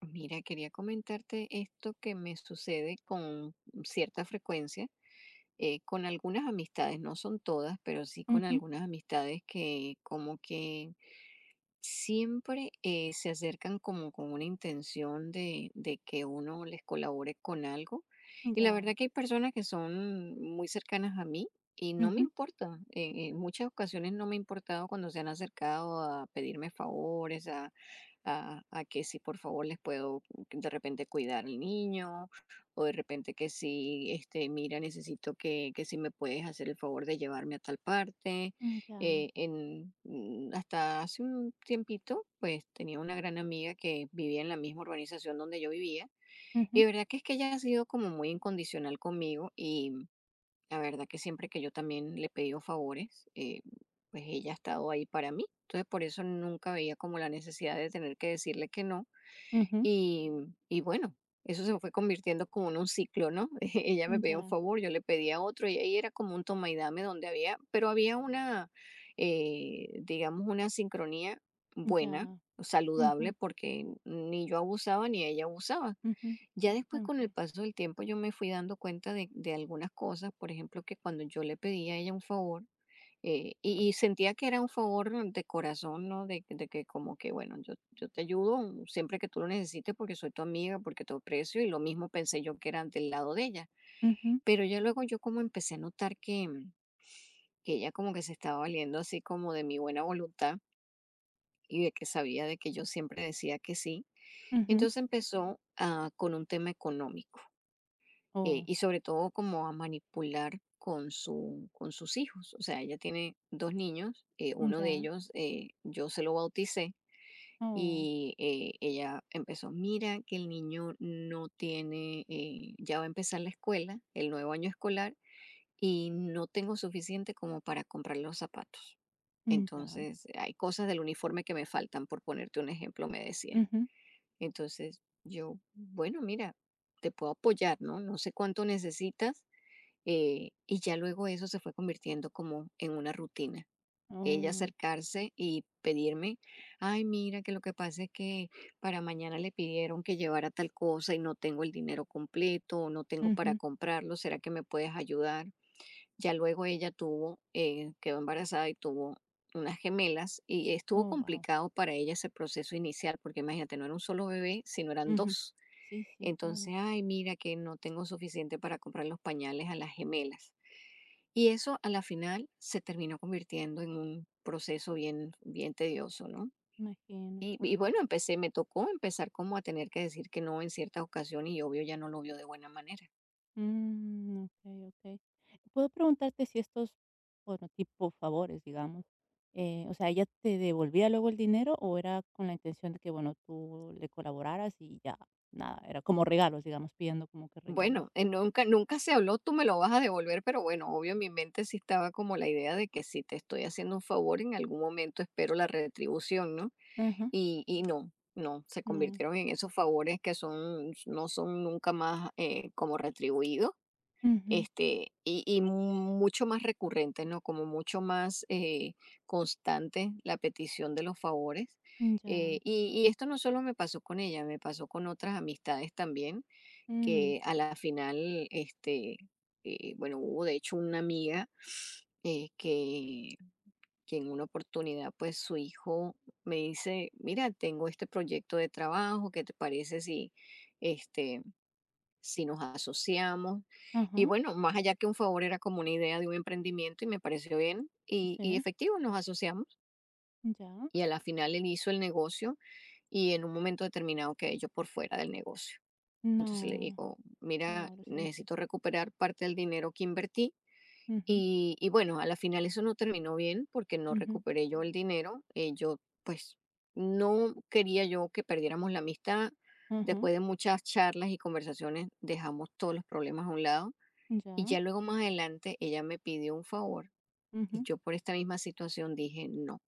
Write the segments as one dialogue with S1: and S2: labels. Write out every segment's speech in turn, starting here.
S1: Mira, quería comentarte esto que me sucede con cierta frecuencia, con algunas amistades, no son todas, pero sí con
S2: Mhm,
S1: algunas amistades que como que siempre se acercan como con una intención de que uno les colabore con algo. Y la verdad
S2: ya.
S1: que hay personas que son muy cercanas a mí y no me
S2: Mhm,
S1: importa. En muchas ocasiones no me ha importado cuando se han acercado a pedirme favores, a que si por favor les puedo de repente cuidar al niño, o de repente que si, este, mira, necesito que si me puedes hacer el favor de llevarme a tal parte.
S2: mm, ya.
S1: Hasta hace un tiempito, pues tenía una gran amiga que vivía en la misma urbanización donde yo vivía, y
S2: Mhm,
S1: de verdad que es que ella ha sido como muy incondicional conmigo. La verdad que siempre que yo también le he pedido favores, pues ella ha estado ahí para mí. Entonces por eso nunca veía como la necesidad de tener que decirle que no.
S2: mhm,
S1: Y, y bueno, eso se fue convirtiendo como en un ciclo, ¿no? Ella me pedía un
S2: ya,
S1: favor, yo le pedía otro, y ahí era como un toma y dame donde había, pero había una, digamos, una sincronía buena,
S2: ya.
S1: saludable,
S2: Mhm,
S1: porque ni yo abusaba ni ella abusaba.
S2: mhm,
S1: Ya después con el
S2: okey.
S1: paso del tiempo yo me fui dando cuenta de algunas cosas, por ejemplo, que cuando yo le pedía a ella un favor, y sentía que era un favor de corazón, ¿no? De que como que, bueno, yo te ayudo siempre que tú lo necesites porque soy tu amiga, porque te aprecio, y lo mismo pensé yo que era del lado de ella.
S2: Mhm,
S1: Pero ya luego yo como empecé a notar que, que ella como que se estaba valiendo así como de mi buena voluntad y de que sabía de que yo siempre decía que sí.
S2: mhm.
S1: Entonces empezó con un tema económico,
S2: Oh,
S1: y sobre todo como a manipular con sus hijos. O sea, ella tiene dos niños, uno de
S2: ya.
S1: ellos yo se lo bauticé.
S2: Oh,
S1: Y ella empezó, mira que el niño no tiene, ya va a empezar la escuela, el nuevo año escolar, y no tengo suficiente como para comprar los zapatos.
S2: mm, ya.
S1: Entonces, hay cosas del uniforme que me faltan, por ponerte un ejemplo, me decía.
S2: Mhm,
S1: Entonces, yo, bueno, mira, te puedo apoyar, ¿no? No sé cuánto necesitas, y ya luego eso se fue convirtiendo como en una rutina. Ella
S2: oh,
S1: acercarse y pedirme, ay, mira, que lo que pasa es que para mañana le pidieron que llevara tal cosa y no tengo el dinero completo o no tengo para
S2: mhm.
S1: comprarlo, ¿será que me puedes ayudar? Ya luego ella tuvo, quedó embarazada y tuvo unas gemelas, y estuvo
S2: Oh, wow.
S1: complicado para ella ese proceso inicial, porque imagínate, no era un solo bebé, sino eran
S2: Ujú.
S1: dos.
S2: Sí, sí, claro,
S1: Entonces, ay, mira que no tengo suficiente para comprar los pañales a las gemelas. Y eso a la final se terminó convirtiendo en un proceso bien tedioso, ¿no?
S2: imagino.
S1: Empecé, me tocó empezar como a tener que decir que no en ciertas ocasiones, y obvio ya no lo vio de buena manera.
S2: Mm, okey, okey. Puedo preguntarte si estos, bueno, tipo favores, digamos, o sea, ¿ella te devolvía luego el dinero o era con la intención de que, bueno, tú le colaboraras y ya, nada, era como regalos, digamos, pidiendo como que regalos?
S1: Bueno, nunca se habló, tú me lo vas a devolver, pero bueno, obvio en mi mente sí estaba como la idea de que si te estoy haciendo un favor, en algún momento espero la retribución, ¿no?
S2: Ajá,
S1: Se
S2: no.
S1: convirtieron en esos favores que son, no son nunca más como retribuidos.
S2: Ujú,
S1: Este, y mucho más recurrente, ¿no? Como mucho más constante la petición de los favores.
S2: ya.
S1: Y esto no solo me pasó con ella, me pasó con otras amistades también,
S2: Mm,
S1: que a la final, este, bueno, hubo de hecho una amiga eh, que, que en una oportunidad, pues su hijo me dice, mira, tengo este proyecto de trabajo, ¿qué te parece si, este, si nos asociamos?
S2: ajá,
S1: Y bueno, más allá que un favor, era como una idea de un emprendimiento y me pareció bien y
S2: sí,
S1: efectivo, nos asociamos
S2: ya.
S1: y a la final él hizo el negocio, y en un momento determinado quedé yo por fuera del negocio. Entonces le
S2: No,
S1: digo, mira,
S2: wow, lo siento.
S1: necesito recuperar parte del dinero que invertí.
S2: Ujú,
S1: A la final eso no terminó bien porque no
S2: ujú,
S1: recuperé yo el dinero. Yo pues no quería yo que perdiéramos la amistad.
S2: ajá,
S1: Después de muchas charlas y conversaciones dejamos todos los problemas a un lado, y
S2: ya,
S1: ya luego más adelante ella me pidió un favor y
S2: ujú,
S1: yo por esta misma situación dije no.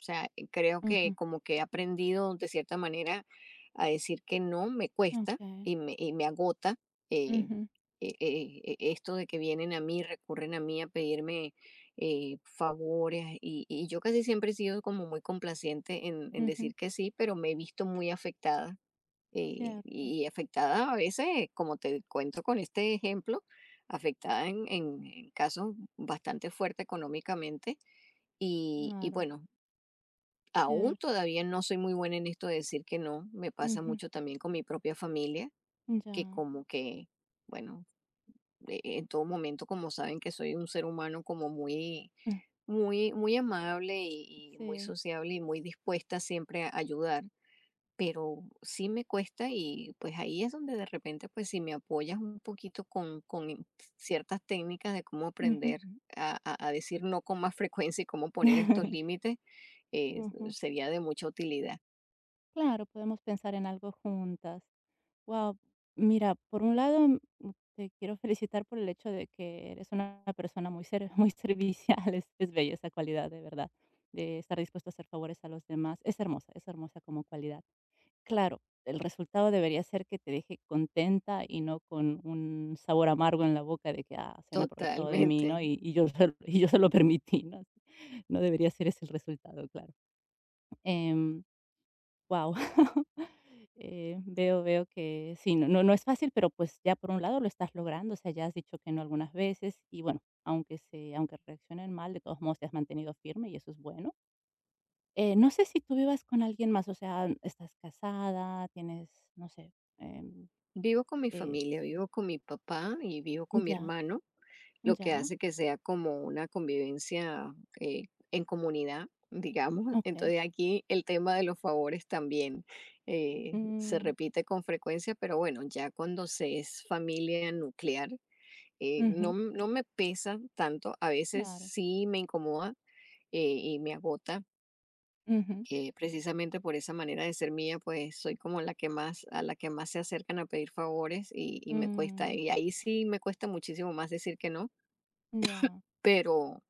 S1: O sea, creo que
S2: ujú,
S1: como que he aprendido de cierta manera a decir que no me cuesta
S2: okey,
S1: y me agota eh,
S2: ujú,
S1: esto de que vienen a mí, recurren a mí a pedirme favores, y yo casi siempre he sido como muy complaciente en
S2: ujú,
S1: decir que sí, pero me he visto muy afectada,
S2: cierto,
S1: afectada a veces, como te cuento con este ejemplo, afectada en casos bastante fuerte económicamente. Y, y
S2: claro.
S1: bueno, aún
S2: Certo.
S1: todavía no soy muy buena en esto de decir que no. Me pasa
S2: Mh.
S1: mucho también con mi propia familia, que
S2: Ya.
S1: como que, bueno, en todo momento, como saben que soy un ser humano como
S2: Mm.
S1: muy amable y muy
S2: Sí.
S1: sociable y muy dispuesta siempre a ayudar, pero sí me cuesta y pues ahí es donde de repente pues si me apoyas un poquito ciertas técnicas de cómo
S2: Ujú.
S1: aprender a decir no con más frecuencia y cómo poner estos límites, eh,
S2: Ujú.
S1: sería de mucha utilidad.
S2: Claro, podemos pensar en algo juntas. Wow, mira, por un lado, te quiero felicitar por el hecho de que eres una persona muy ser muy servicial, es bella esa cualidad, de verdad, de estar dispuesto a hacer favores a los demás. Es hermosa como cualidad. Claro, el resultado debería ser que te deje contenta y no con un sabor amargo en la boca de que, ah, se han aprovechado de mí,
S1: Totalmente.
S2: ¿no? Y yo se lo permití, ¿no? No debería ser ese el resultado, claro. Wow. Veo, veo que sí, no, no, no es fácil, pero pues ya por un lado lo estás logrando, o sea, ya has dicho que no algunas veces y bueno, aunque reaccionen mal, de todos modos te has mantenido firme y eso es bueno. No sé si tú vivas con alguien más, o sea, estás casada, tienes, no sé.
S1: Vivo con mi
S2: eh,
S1: familia, vivo con mi papá y vivo con mi
S2: ya,
S1: hermano. Lo que
S2: ya,
S1: hace que sea como una convivencia eh, en comunidad, digamos.
S2: okey.
S1: Entonces aquí el tema de los favores también se
S2: Mm,
S1: repite con frecuencia, pero bueno, ya cuando se es familia nuclear,
S2: ujú,
S1: no me pesa tanto, a veces
S2: claro,
S1: sí me incomoda y me agota.
S2: ujú,
S1: Que precisamente por esa manera de ser mía, pues soy como la que más, a la que más se acercan a pedir favores y me cuesta,
S2: mm,
S1: y ahí sí me cuesta muchísimo más decir que no,
S2: ya,
S1: pero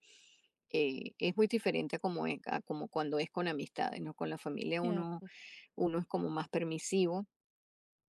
S1: es muy diferente a como, a como cuando es con amistades, ¿no? Con la familia uno,
S2: cierto, sí,
S1: uno es como más permisivo,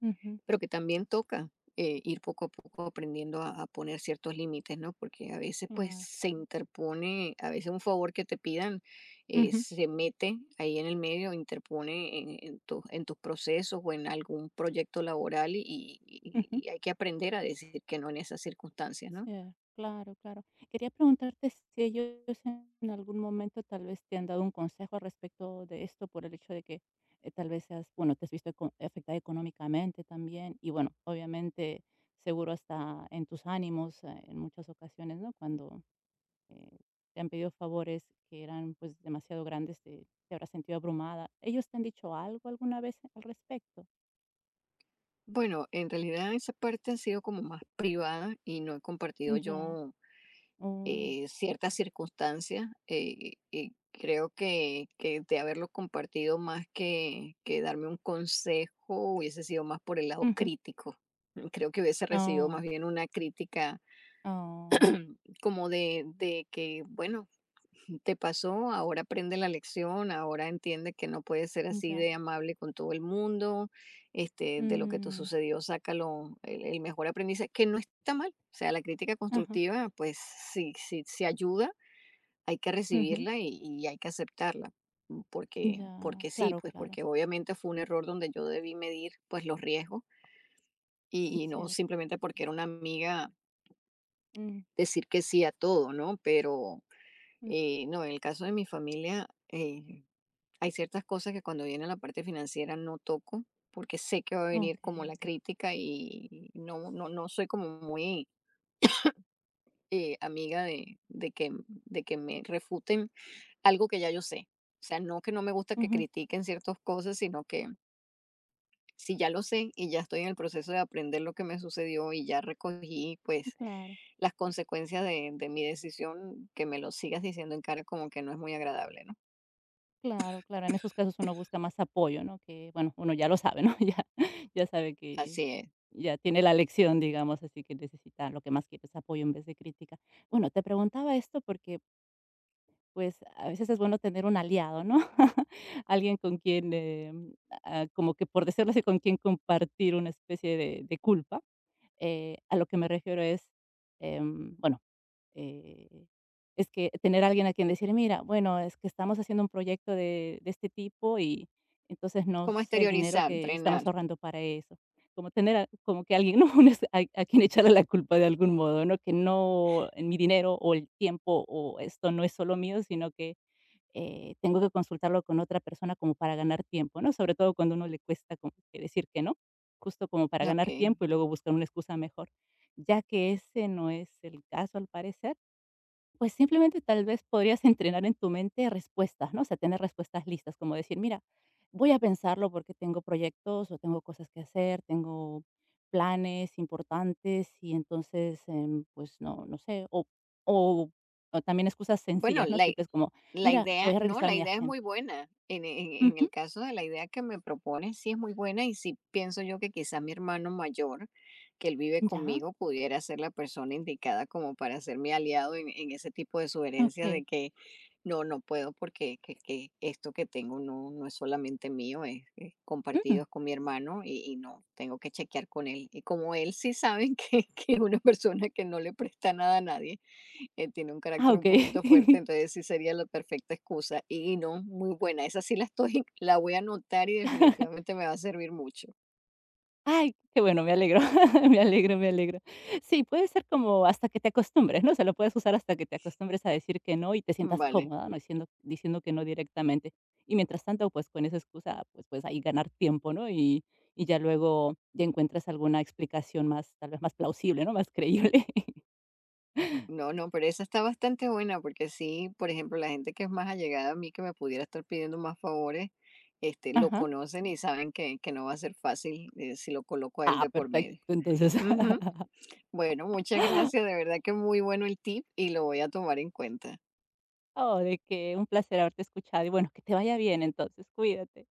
S2: ujú,
S1: pero que también toca ir poco a poco aprendiendo a poner ciertos límites, ¿no? Porque a veces pues
S2: claro,
S1: se interpone, a veces un favor que te pidan
S2: ujú,
S1: se mete ahí en el medio, interpone en tus procesos o en algún proyecto laboral,
S2: ujú.
S1: y hay que aprender a decir que no en esas circunstancias, ¿no?
S2: Sí, claro, claro. Quería preguntarte si ellos en algún momento tal vez te han dado un consejo respecto de esto por el hecho de que tal vez seas, bueno, te has visto afectada económicamente también y bueno, obviamente seguro hasta en tus ánimos en muchas ocasiones, ¿no? Cuando eh, te han pedido favores que eran pues demasiado grandes, te habrás sentido abrumada. ¿Ellos te han dicho algo alguna vez al respecto?
S1: Bueno, en realidad esa parte ha sido como más privada y no he compartido
S2: Ya.
S1: yo
S2: Oh.
S1: ciertas circunstancias. Y creo que de haberlo compartido más que darme un consejo hubiese sido más por el lado
S2: Ujú.
S1: crítico. Creo que hubiese recibido más
S2: Oh.
S1: bien una crítica
S2: Oh.
S1: como de que, bueno, te pasó, ahora aprende la lección, ahora entiende que no puedes ser así
S2: Ya.
S1: de amable con todo el mundo, este, de lo que te
S2: Mm.
S1: sucedió, sácalo el mejor aprendizaje, que no está mal. O sea, la crítica
S2: Ajá,
S1: constructiva, pues sí, sí, sí ayuda, hay que
S2: ujú,
S1: recibirla y hay que aceptarla. Porque,
S2: ya,
S1: porque sí,
S2: claro,
S1: pues
S2: claro,
S1: porque obviamente fue un error donde yo debí medir pues los riesgos, y no
S2: cierto,
S1: simplemente porque era una amiga
S2: mm,
S1: decir que sí a todo, ¿no? Pero
S2: mm,
S1: no, en el caso de mi familia, hay ciertas cosas que cuando viene la parte financiera no toco, porque sé que va a venir como
S2: okey,
S1: la
S2: okey,
S1: crítica y no, no, no soy como muy amiga de de que me refuten algo que ya yo sé. O sea, no que no me gusta que
S2: ujú,
S1: critiquen ciertas cosas, sino que si ya lo sé y ya estoy en el proceso de aprender lo que me sucedió y ya recogí, pues
S2: claro,
S1: las consecuencias de mi decisión, que me lo sigas diciendo en cara como que no es muy agradable, ¿no?
S2: claro, claro, en esos casos uno busca más apoyo, ¿no? Que, bueno, uno ya lo sabe, ¿no? Ya ya sabe que
S1: Así es.
S2: ya tiene la lección, digamos, así que necesita lo que más quiere es apoyo en vez de crítica. Bueno, te preguntaba esto porque, pues, a veces es bueno tener un aliado, ¿no? Alguien con quien, ah, como que, por decirlo así, con quien compartir una especie de culpa. A lo que me refiero es, bueno, eh, es que tener a alguien a quien decir: "Mira, bueno, es que estamos haciendo un proyecto de este tipo y entonces no
S1: Como
S2: sé el dinero
S1: exteriorizar,
S2: que
S1: entrenar.
S2: estamos ahorrando para eso". Como tener a como que alguien, ¿no? Un es a quien echarle la culpa de algún modo, ¿no? Que no en mi dinero o el tiempo o esto no es solo mío, sino que tengo que consultarlo con otra persona como para ganar tiempo, ¿no? Sobre todo cuando a uno le cuesta como que decir que no, justo como para
S1: Ok.
S2: ganar tiempo y luego buscar una excusa mejor. Ya que ese no es el caso al parecer, pues simplemente tal vez podrías entrenar en tu mente respuestas, ¿no? O sea, tener respuestas listas, como decir, mira, voy a pensarlo porque tengo proyectos o tengo cosas que hacer, tengo planes importantes y entonces, pues no, no sé, o, o también excusas
S1: Bueno,
S2: sencillas, ¿no? Simples como,
S1: la
S2: mira,
S1: idea
S2: voy a
S1: no,
S2: revisar
S1: la
S2: mi
S1: idea es muy
S2: agenda.
S1: buena. En
S2: Ujú,
S1: el caso de la idea que me propones, sí es muy buena, y sí pienso yo que quizá mi hermano mayor, que él vive
S2: ya,
S1: conmigo, pudiera ser la persona indicada como para ser mi aliado en ese tipo de sugerencias de
S2: ok.
S1: que no, no puedo porque que esto que tengo no es solamente mío, es
S2: Mm,
S1: compartido con mi hermano y no, tengo que chequear con él. Y como él sí saben que es una persona que no le presta nada a nadie, tiene un
S2: ah,
S1: carácter
S2: ok.
S1: un poquito fuerte, entonces sí sería la perfecta excusa. Y no, muy buena. Esa sí la estoy, la voy a anotar y definitivamente me va a servir mucho.
S2: Ay, qué bueno, me alegro, me alegro, me alegro. Sí, puede ser como hasta que te acostumbres, ¿no? O sea, lo puedes usar hasta que te acostumbres a decir que no y te sientas
S1: Vale.
S2: cómoda, ¿no? Diciendo que no directamente. Y mientras tanto, pues con esa excusa, pues ahí ganar tiempo, ¿no? Y ya luego ya encuentras alguna explicación más, tal vez más plausible, ¿no? Más creíble.
S1: No, no, pero esa está bastante buena porque sí, por ejemplo, la gente que es más allegada a mí, que me pudiera estar pidiendo más favores, este, lo
S2: Ajá.
S1: conocen y saben que no va a ser fácil, si lo coloco a él
S2: Ah,
S1: de por
S2: perfecto.
S1: medio.
S2: Entonces,
S1: Ujú. Bueno, muchas gracias. De verdad que muy bueno el tip y lo voy a tomar en cuenta.
S2: oh, de que un placer haberte escuchado y bueno, que te vaya bien entonces, cuídate.